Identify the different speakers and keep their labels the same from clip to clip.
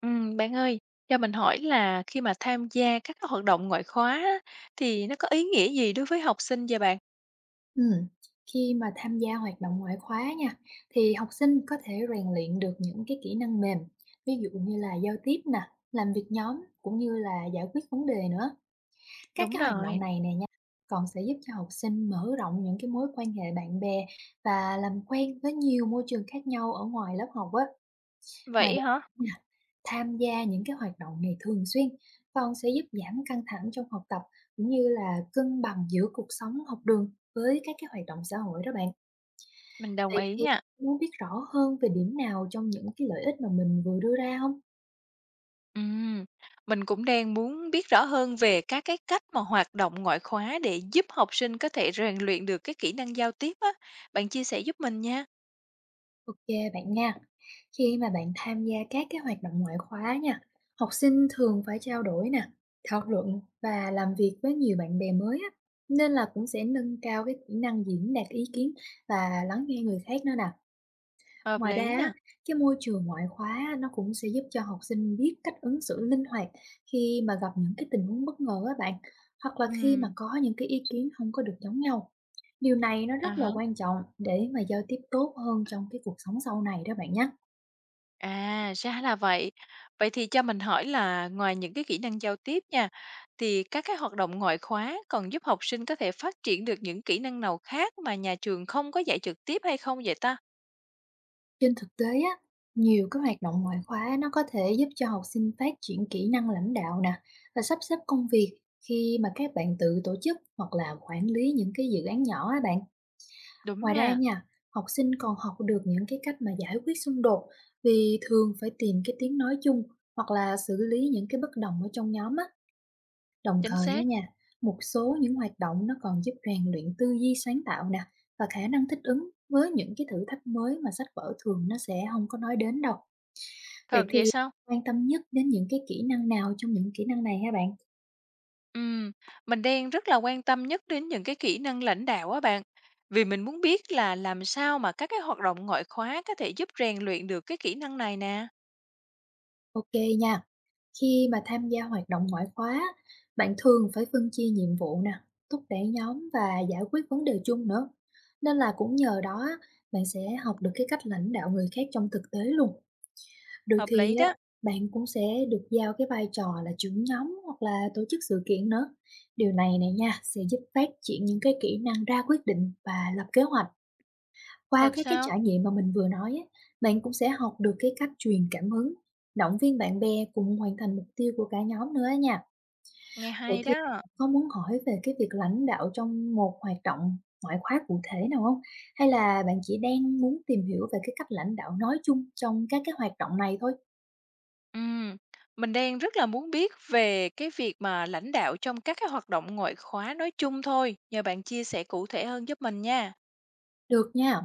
Speaker 1: Bạn ơi, cho mình hỏi là khi mà tham gia các cái hoạt động ngoại khóa á, thì nó có ý nghĩa gì đối với học sinh vậy bạn?
Speaker 2: Ừm, Khi mà tham gia hoạt động ngoại khóa nha, thì học sinh có thể rèn luyện được những cái kỹ năng mềm, ví dụ như là giao tiếp nè, làm việc nhóm cũng như là giải quyết vấn đề nữa. Các
Speaker 1: Đúng
Speaker 2: cái hoạt động
Speaker 1: rồi.
Speaker 2: này nè nha, còn sẽ giúp cho học sinh mở rộng những cái mối quan hệ bạn bè và làm quen với nhiều môi trường khác nhau ở ngoài lớp học á. Ngoài
Speaker 1: Vậy
Speaker 2: ra
Speaker 1: hả?
Speaker 2: nha, tham gia những cái hoạt động này thường xuyên còn sẽ giúp giảm căng thẳng trong học tập cũng như là cân bằng giữa cuộc sống học đường với các cái hoạt động xã hội đó bạn.
Speaker 1: Mình đồng
Speaker 2: Vậy
Speaker 1: ý
Speaker 2: thì
Speaker 1: nha.
Speaker 2: muốn biết rõ hơn về điểm nào trong những cái lợi ích mà mình vừa đưa ra không?
Speaker 1: Ừm, mình cũng đang muốn biết rõ hơn về các cái cách mà hoạt động ngoại khóa để giúp học sinh có thể rèn luyện được cái kỹ năng giao tiếp á. Bạn chia sẻ giúp mình nha.
Speaker 2: Ok bạn nha. Khi mà bạn tham gia các cái hoạt động ngoại khóa nha, học sinh thường phải trao đổi nè, thảo luận và làm việc với nhiều bạn bè mới á, nên là cũng sẽ nâng cao cái kỹ năng diễn đạt ý kiến và lắng nghe người khác nữa nè.
Speaker 1: Hợp
Speaker 2: Ngoài ra
Speaker 1: lý
Speaker 2: á,
Speaker 1: nè.
Speaker 2: cái môi trường ngoại khóa á, nó cũng sẽ giúp cho học sinh biết cách ứng xử linh hoạt khi mà gặp những cái tình huống bất ngờ á bạn, hoặc là khi mà
Speaker 1: Ừm,
Speaker 2: có những cái ý kiến không có được giống nhau. Điều này nó
Speaker 1: à
Speaker 2: rất là
Speaker 1: hả.
Speaker 2: quan trọng để mà giao tiếp tốt hơn trong cái cuộc sống sau này đó bạn nhé.
Speaker 1: À, ra là vậy. Vậy thì cho mình hỏi là ngoài những cái kỹ năng giao tiếp nha, thì các cái hoạt động ngoại khóa còn giúp học sinh có thể phát triển được những kỹ năng nào khác mà nhà trường không có dạy trực tiếp hay không vậy ta?
Speaker 2: Trên thực tế á, nhiều cái hoạt động ngoại khóa nó có thể giúp cho học sinh phát triển kỹ năng lãnh đạo nè và sắp xếp công việc khi mà các bạn tự tổ chức hoặc là quản lý những cái dự án nhỏ á bạn.
Speaker 1: Đúng
Speaker 2: Ngoài ra
Speaker 1: nha,
Speaker 2: nha, học sinh còn học được những cái cách mà giải quyết xung đột vì thường phải tìm cái tiếng nói chung hoặc là xử lý những cái bất đồng ở trong nhóm á. Đồng
Speaker 1: chính
Speaker 2: thời á
Speaker 1: xác.
Speaker 2: nha, một số những hoạt động nó còn giúp rèn luyện tư duy sáng tạo nè và khả năng thích ứng với những cái thử thách mới mà sách vở thường nó sẽ không có nói đến đâu. Vậy
Speaker 1: Thật vậy
Speaker 2: thì
Speaker 1: sao?
Speaker 2: quan tâm nhất đến những cái kỹ năng nào trong những kỹ năng này hả bạn?
Speaker 1: Ừm, mình đang rất là quan tâm nhất đến những cái kỹ năng lãnh đạo á bạn. Vì mình muốn biết là làm sao mà các cái hoạt động ngoại khóa có thể giúp rèn luyện được cái kỹ năng này nè.
Speaker 2: Ok nha. Khi mà tham gia hoạt động ngoại khóa, bạn thường phải phân chia nhiệm vụ nè, thúc đẩy nhóm và giải quyết vấn đề chung nữa. Nên là cũng nhờ đó á, bạn sẽ học được cái cách lãnh đạo người khác trong thực tế luôn. Đôi
Speaker 1: Hợp lý
Speaker 2: khi á,
Speaker 1: đó.
Speaker 2: bạn cũng sẽ được giao cái vai trò là trưởng nhóm hoặc là tổ chức sự kiện nữa. Điều này này nha sẽ giúp phát triển những cái kỹ năng ra quyết định và lập kế hoạch qua
Speaker 1: Thật
Speaker 2: cái
Speaker 1: sao?
Speaker 2: trải nghiệm mà mình vừa nói á, bạn cũng sẽ học được cái cách truyền cảm hứng, động viên bạn bè cùng hoàn thành mục tiêu của cả nhóm nữa á nha.
Speaker 1: Nghe
Speaker 2: Vậy
Speaker 1: hay
Speaker 2: thì
Speaker 1: đó.
Speaker 2: bạn có muốn hỏi về cái việc lãnh đạo trong một hoạt động ngoại khóa cụ thể nào không? Hay là bạn chỉ đang muốn tìm hiểu về cái cách lãnh đạo nói chung trong các cái hoạt động này thôi?
Speaker 1: Ừm, mình đang rất là muốn biết về cái việc mà lãnh đạo trong các cái hoạt động ngoại khóa nói chung thôi, nhờ bạn chia sẻ cụ thể hơn giúp mình nha.
Speaker 2: Được nha.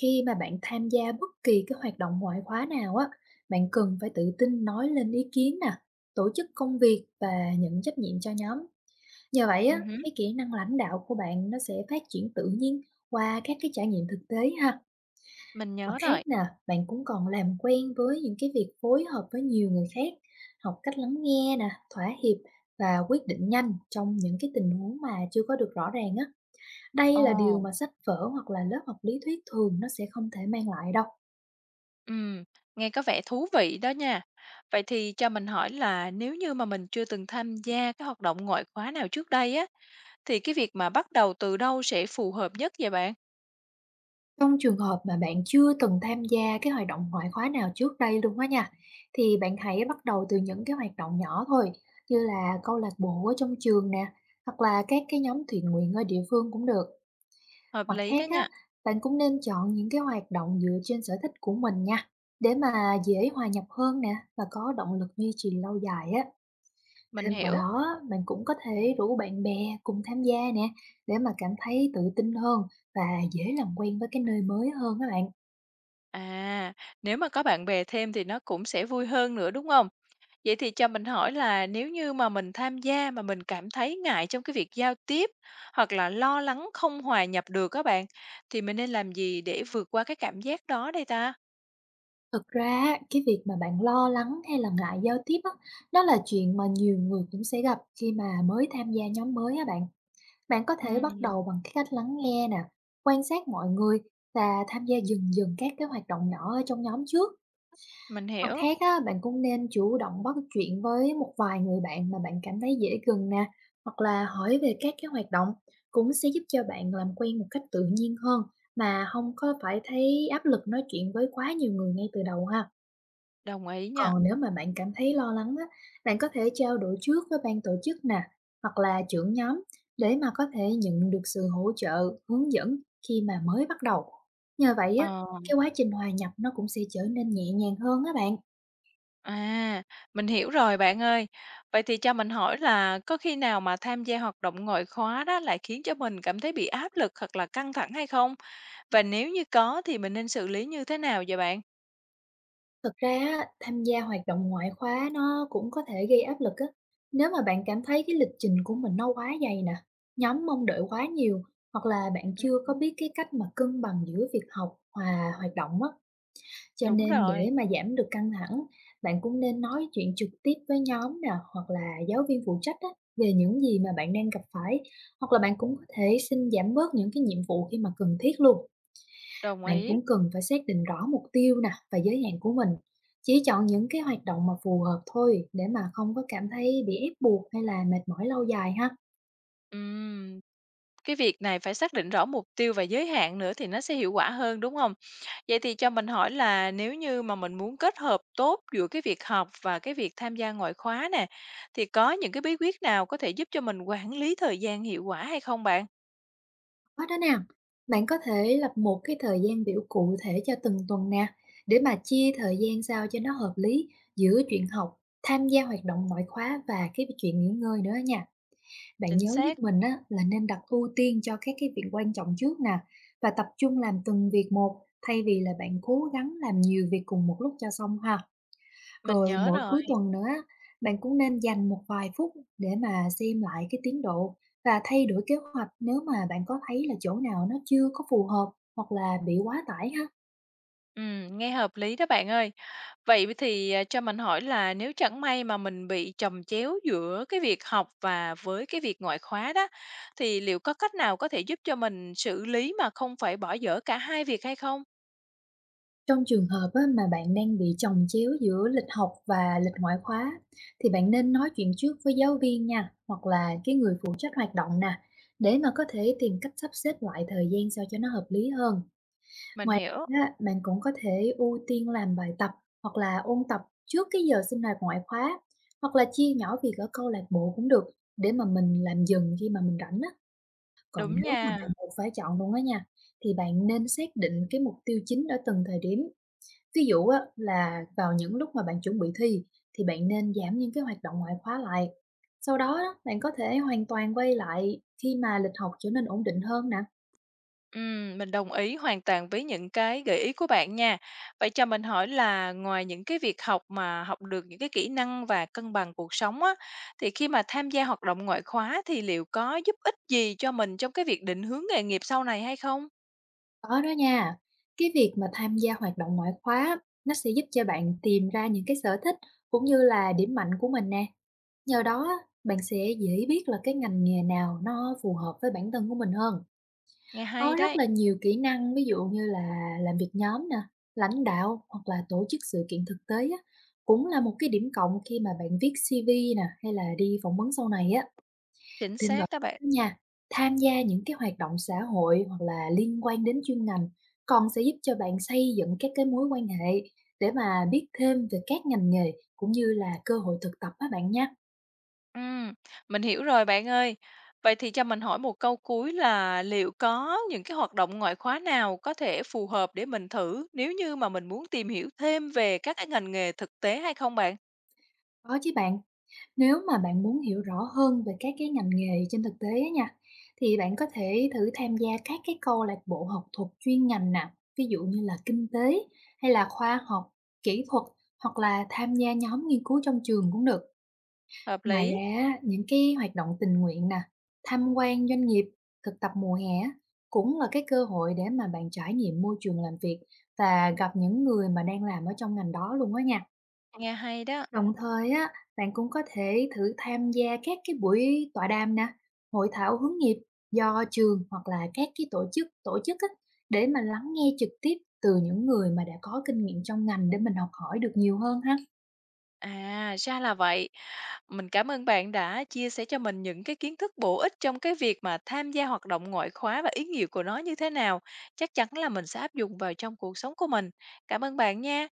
Speaker 2: Khi mà bạn tham gia bất kỳ cái hoạt động ngoại khóa nào á, bạn cần phải tự tin nói lên ý kiến nè, tổ chức công việc và nhận trách nhiệm cho nhóm. Nhờ vậy á,
Speaker 1: Ừm
Speaker 2: cái kỹ năng lãnh đạo của bạn nó sẽ phát triển tự nhiên qua các cái trải nghiệm thực tế ha.
Speaker 1: mình
Speaker 2: Mặt
Speaker 1: nhớ
Speaker 2: khác
Speaker 1: rồi.
Speaker 2: nè, bạn cũng còn làm quen với những cái việc phối hợp với nhiều người khác, học cách lắng nghe nè, thỏa hiệp và quyết định nhanh trong những cái tình huống mà chưa có được rõ ràng á. Đây là điều
Speaker 1: Ồ,
Speaker 2: mà sách vở hoặc là lớp học lý thuyết thường nó sẽ không thể mang lại đâu.
Speaker 1: ừm, nghe có vẻ thú vị đó nha. Vậy thì cho mình hỏi là nếu như mà mình chưa từng tham gia cái hoạt động ngoại khóa nào trước đây á, thì cái việc mà bắt đầu từ đâu sẽ phù hợp nhất vậy bạn?
Speaker 2: Trong trường hợp mà bạn chưa từng tham gia cái hoạt động ngoại khóa nào trước đây luôn á nha, thì bạn hãy bắt đầu từ những cái hoạt động nhỏ thôi, như là câu lạc bộ ở trong trường nè, hoặc là các cái nhóm thiện nguyện ở địa phương cũng được.
Speaker 1: Hợp
Speaker 2: Mặt
Speaker 1: lý
Speaker 2: khác
Speaker 1: đó
Speaker 2: á,
Speaker 1: nha,
Speaker 2: bạn cũng nên chọn những cái hoạt động dựa trên sở thích của mình nha, để mà dễ hòa nhập hơn nè và có động lực duy trì lâu dài á.
Speaker 1: mình
Speaker 2: Thêm vào
Speaker 1: hiểu.
Speaker 2: đó, bạn cũng có thể rủ bạn bè cùng tham gia nè, để mà cảm thấy tự tin hơn và dễ làm quen với cái nơi mới hơn các bạn.
Speaker 1: À, nếu mà có bạn bè thêm thì nó cũng sẽ vui hơn nữa, đúng không? Vậy thì cho mình hỏi là nếu như mà mình tham gia mà mình cảm thấy ngại trong cái việc giao tiếp, hoặc là lo lắng không hòa nhập được các bạn, thì mình nên làm gì để vượt qua cái cảm giác đó đây ta?
Speaker 2: Thực ra á, cái việc mà bạn lo lắng hay là ngại giao tiếp á, đó là chuyện mà nhiều người cũng sẽ gặp khi mà mới tham gia nhóm mới á bạn. Bạn có thể bắt
Speaker 1: Ừm,
Speaker 2: đầu bằng cái cách lắng nghe nè, quan sát mọi người và tham gia dần dần các cái hoạt động nhỏ ở trong nhóm trước.
Speaker 1: mình
Speaker 2: Mặt
Speaker 1: hiểu,
Speaker 2: khác á, bạn cũng nên chủ động bắt chuyện với một vài người bạn mà bạn cảm thấy dễ gần nè, hoặc là hỏi về các cái hoạt động cũng sẽ giúp cho bạn làm quen một cách tự nhiên hơn mà không có phải thấy áp lực nói chuyện với quá nhiều người ngay từ đầu ha.
Speaker 1: đồng ý nha.
Speaker 2: Còn nếu mà bạn cảm thấy lo lắng á, bạn có thể trao đổi trước với ban tổ chức nè, hoặc là trưởng nhóm để mà có thể nhận được sự hỗ trợ, hướng dẫn khi mà mới bắt đầu. Nhờ vậy á,
Speaker 1: Ờ,
Speaker 2: cái quá trình hòa nhập nó cũng sẽ trở nên nhẹ nhàng hơn á bạn.
Speaker 1: à, mình hiểu rồi bạn ơi. Vậy thì cho mình hỏi là có khi nào mà tham gia hoạt động ngoại khóa đó lại khiến cho mình cảm thấy bị áp lực hoặc là căng thẳng hay không? Và nếu như có thì mình nên xử lý như thế nào vậy bạn?
Speaker 2: Thực ra á, tham gia hoạt động ngoại khóa nó cũng có thể gây áp lực á. Nếu mà bạn cảm thấy cái lịch trình của mình nó quá dày nè, nhóm mong đợi quá nhiều, hoặc là bạn chưa có biết cái cách mà cân bằng giữa việc học và hoạt động á, cho
Speaker 1: Đúng
Speaker 2: nên
Speaker 1: rồi.
Speaker 2: để mà giảm được căng thẳng, bạn cũng nên nói chuyện trực tiếp với nhóm nè, hoặc là giáo viên phụ trách á, về những gì mà bạn đang gặp phải, hoặc là bạn cũng có thể xin giảm bớt những cái nhiệm vụ khi mà cần thiết luôn.
Speaker 1: Đồng
Speaker 2: Bạn
Speaker 1: ý.
Speaker 2: cũng cần phải xác định rõ mục tiêu nè và giới hạn của mình. Chỉ chọn những cái hoạt động mà phù hợp thôi để mà không có cảm thấy bị ép buộc hay là mệt mỏi lâu dài ha.
Speaker 1: Ừm, cái việc này phải xác định rõ mục tiêu và giới hạn nữa thì nó sẽ hiệu quả hơn, đúng không? Vậy thì cho mình hỏi là nếu như mà mình muốn kết hợp tốt giữa cái việc học và cái việc tham gia ngoại khóa nè, thì có những cái bí quyết nào có thể giúp cho mình quản lý thời gian hiệu quả hay không bạn?
Speaker 2: Có đó nè, bạn có thể lập một cái thời gian biểu cụ thể cho từng tuần nè, để mà chia thời gian sao cho nó hợp lý giữa chuyện học, tham gia hoạt động ngoại khóa và cái chuyện nghỉ ngơi nữa nha. Bạn
Speaker 1: Chính
Speaker 2: nhớ giúp
Speaker 1: xác.
Speaker 2: mình á, là nên đặt ưu tiên cho các cái việc quan trọng trước nè và tập trung làm từng việc một thay vì là bạn cố gắng làm nhiều việc cùng một lúc cho xong ha.
Speaker 1: Mình
Speaker 2: Rồi
Speaker 1: nhớ
Speaker 2: mỗi
Speaker 1: rồi.
Speaker 2: cuối tuần nữa á, bạn cũng nên dành một vài phút để mà xem lại cái tiến độ và thay đổi kế hoạch nếu mà bạn có thấy là chỗ nào nó chưa có phù hợp hoặc là bị quá tải ha.
Speaker 1: Nghe hợp lý đó bạn ơi. Vậy thì, cho mình hỏi là nếu chẳng may mà mình bị chồng chéo giữa cái việc học và với cái việc ngoại khóa đó, thì liệu có cách nào có thể giúp cho mình xử lý mà không phải bỏ dở cả hai việc hay không?
Speaker 2: Trong trường hợp á, mà bạn đang bị chồng chéo giữa lịch học và lịch ngoại khóa, thì bạn nên nói chuyện trước với giáo viên nha, hoặc là cái người phụ trách hoạt động nè, để mà có thể tìm cách sắp xếp lại thời gian sao cho nó hợp lý hơn.
Speaker 1: Mình
Speaker 2: Ngoài
Speaker 1: hiểu,
Speaker 2: á, bạn cũng có thể ưu tiên làm bài tập hoặc là ôn tập trước cái giờ sinh hoạt ngoại khóa, hoặc là chia nhỏ việc ở câu lạc bộ cũng được, để mà mình làm dần khi mà mình rảnh á. Còn
Speaker 1: đúng
Speaker 2: nếu mà
Speaker 1: nha.
Speaker 2: bạn buộc phải chọn luôn á nha, thì bạn nên xác định cái mục tiêu chính ở từng thời điểm. Ví dụ á, là vào những lúc mà bạn chuẩn bị thi thì bạn nên giảm những cái hoạt động ngoại khóa lại. Sau đó á, bạn có thể hoàn toàn quay lại khi mà lịch học trở nên ổn định hơn nè.
Speaker 1: Mình đồng ý hoàn toàn với những cái gợi ý của bạn nha. Vậy cho mình hỏi là ngoài những cái việc học mà học được những cái kỹ năng và cân bằng cuộc sống á, thì khi mà tham gia hoạt động ngoại khóa thì liệu có giúp ích gì cho mình trong cái việc định hướng nghề nghiệp sau này hay không?
Speaker 2: Có đó nha. Cái việc mà tham gia hoạt động ngoại khóa nó sẽ giúp cho bạn tìm ra những cái sở thích cũng như là điểm mạnh của mình nè. Nhờ đó á, bạn sẽ dễ biết là cái ngành nghề nào nó phù hợp với bản thân của mình hơn.
Speaker 1: Nghe hay
Speaker 2: Có rất
Speaker 1: đấy,
Speaker 2: là nhiều kỹ năng, ví dụ như là làm việc nhóm nè, lãnh đạo hoặc là tổ chức sự kiện thực tế á, cũng là một cái điểm cộng khi mà bạn viết CV nè hay là đi phỏng vấn sau này á.
Speaker 1: chính
Speaker 2: Tin vào
Speaker 1: xác đó bạn.
Speaker 2: đó nha, tham gia những cái hoạt động xã hội hoặc là liên quan đến chuyên ngành còn sẽ giúp cho bạn xây dựng các cái mối quan hệ để mà biết thêm về các ngành nghề cũng như là cơ hội thực tập á bạn nha.
Speaker 1: Ừm, mình hiểu rồi bạn ơi. Vậy thì cho mình hỏi một câu cuối là liệu có những cái hoạt động ngoại khóa nào có thể phù hợp để mình thử nếu như mà mình muốn tìm hiểu thêm về các cái ngành nghề thực tế hay không bạn?
Speaker 2: Có chứ bạn, nếu mà bạn muốn hiểu rõ hơn về các cái ngành nghề trên thực tế á nha, thì bạn có thể thử tham gia các cái câu lạc bộ học thuật chuyên ngành nè, ví dụ như là kinh tế hay là khoa học, kỹ thuật, hoặc là tham gia nhóm nghiên cứu trong trường cũng được.
Speaker 1: Hợp
Speaker 2: Ngoài
Speaker 1: lý,
Speaker 2: ra á, những cái hoạt động tình nguyện nè, tham quan doanh nghiệp, thực tập mùa hè á, cũng là cái cơ hội để mà bạn trải nghiệm môi trường làm việc và gặp những người mà đang làm ở trong ngành đó luôn á nha.
Speaker 1: nghe hay đó.
Speaker 2: Đồng thời á, bạn cũng có thể thử tham gia các cái buổi tọa đàm nè, hội thảo hướng nghiệp do trường hoặc là các cái tổ chức á, để mà lắng nghe trực tiếp từ những người mà đã có kinh nghiệm trong ngành để mình học hỏi được nhiều hơn ha.
Speaker 1: À, ra là vậy. Mình cảm ơn bạn đã chia sẻ cho mình những cái kiến thức bổ ích trong cái việc mà tham gia hoạt động ngoại khóa và ý nghĩa của nó như thế nào. Chắc chắn là mình sẽ áp dụng vào trong cuộc sống của mình. Cảm ơn bạn nha.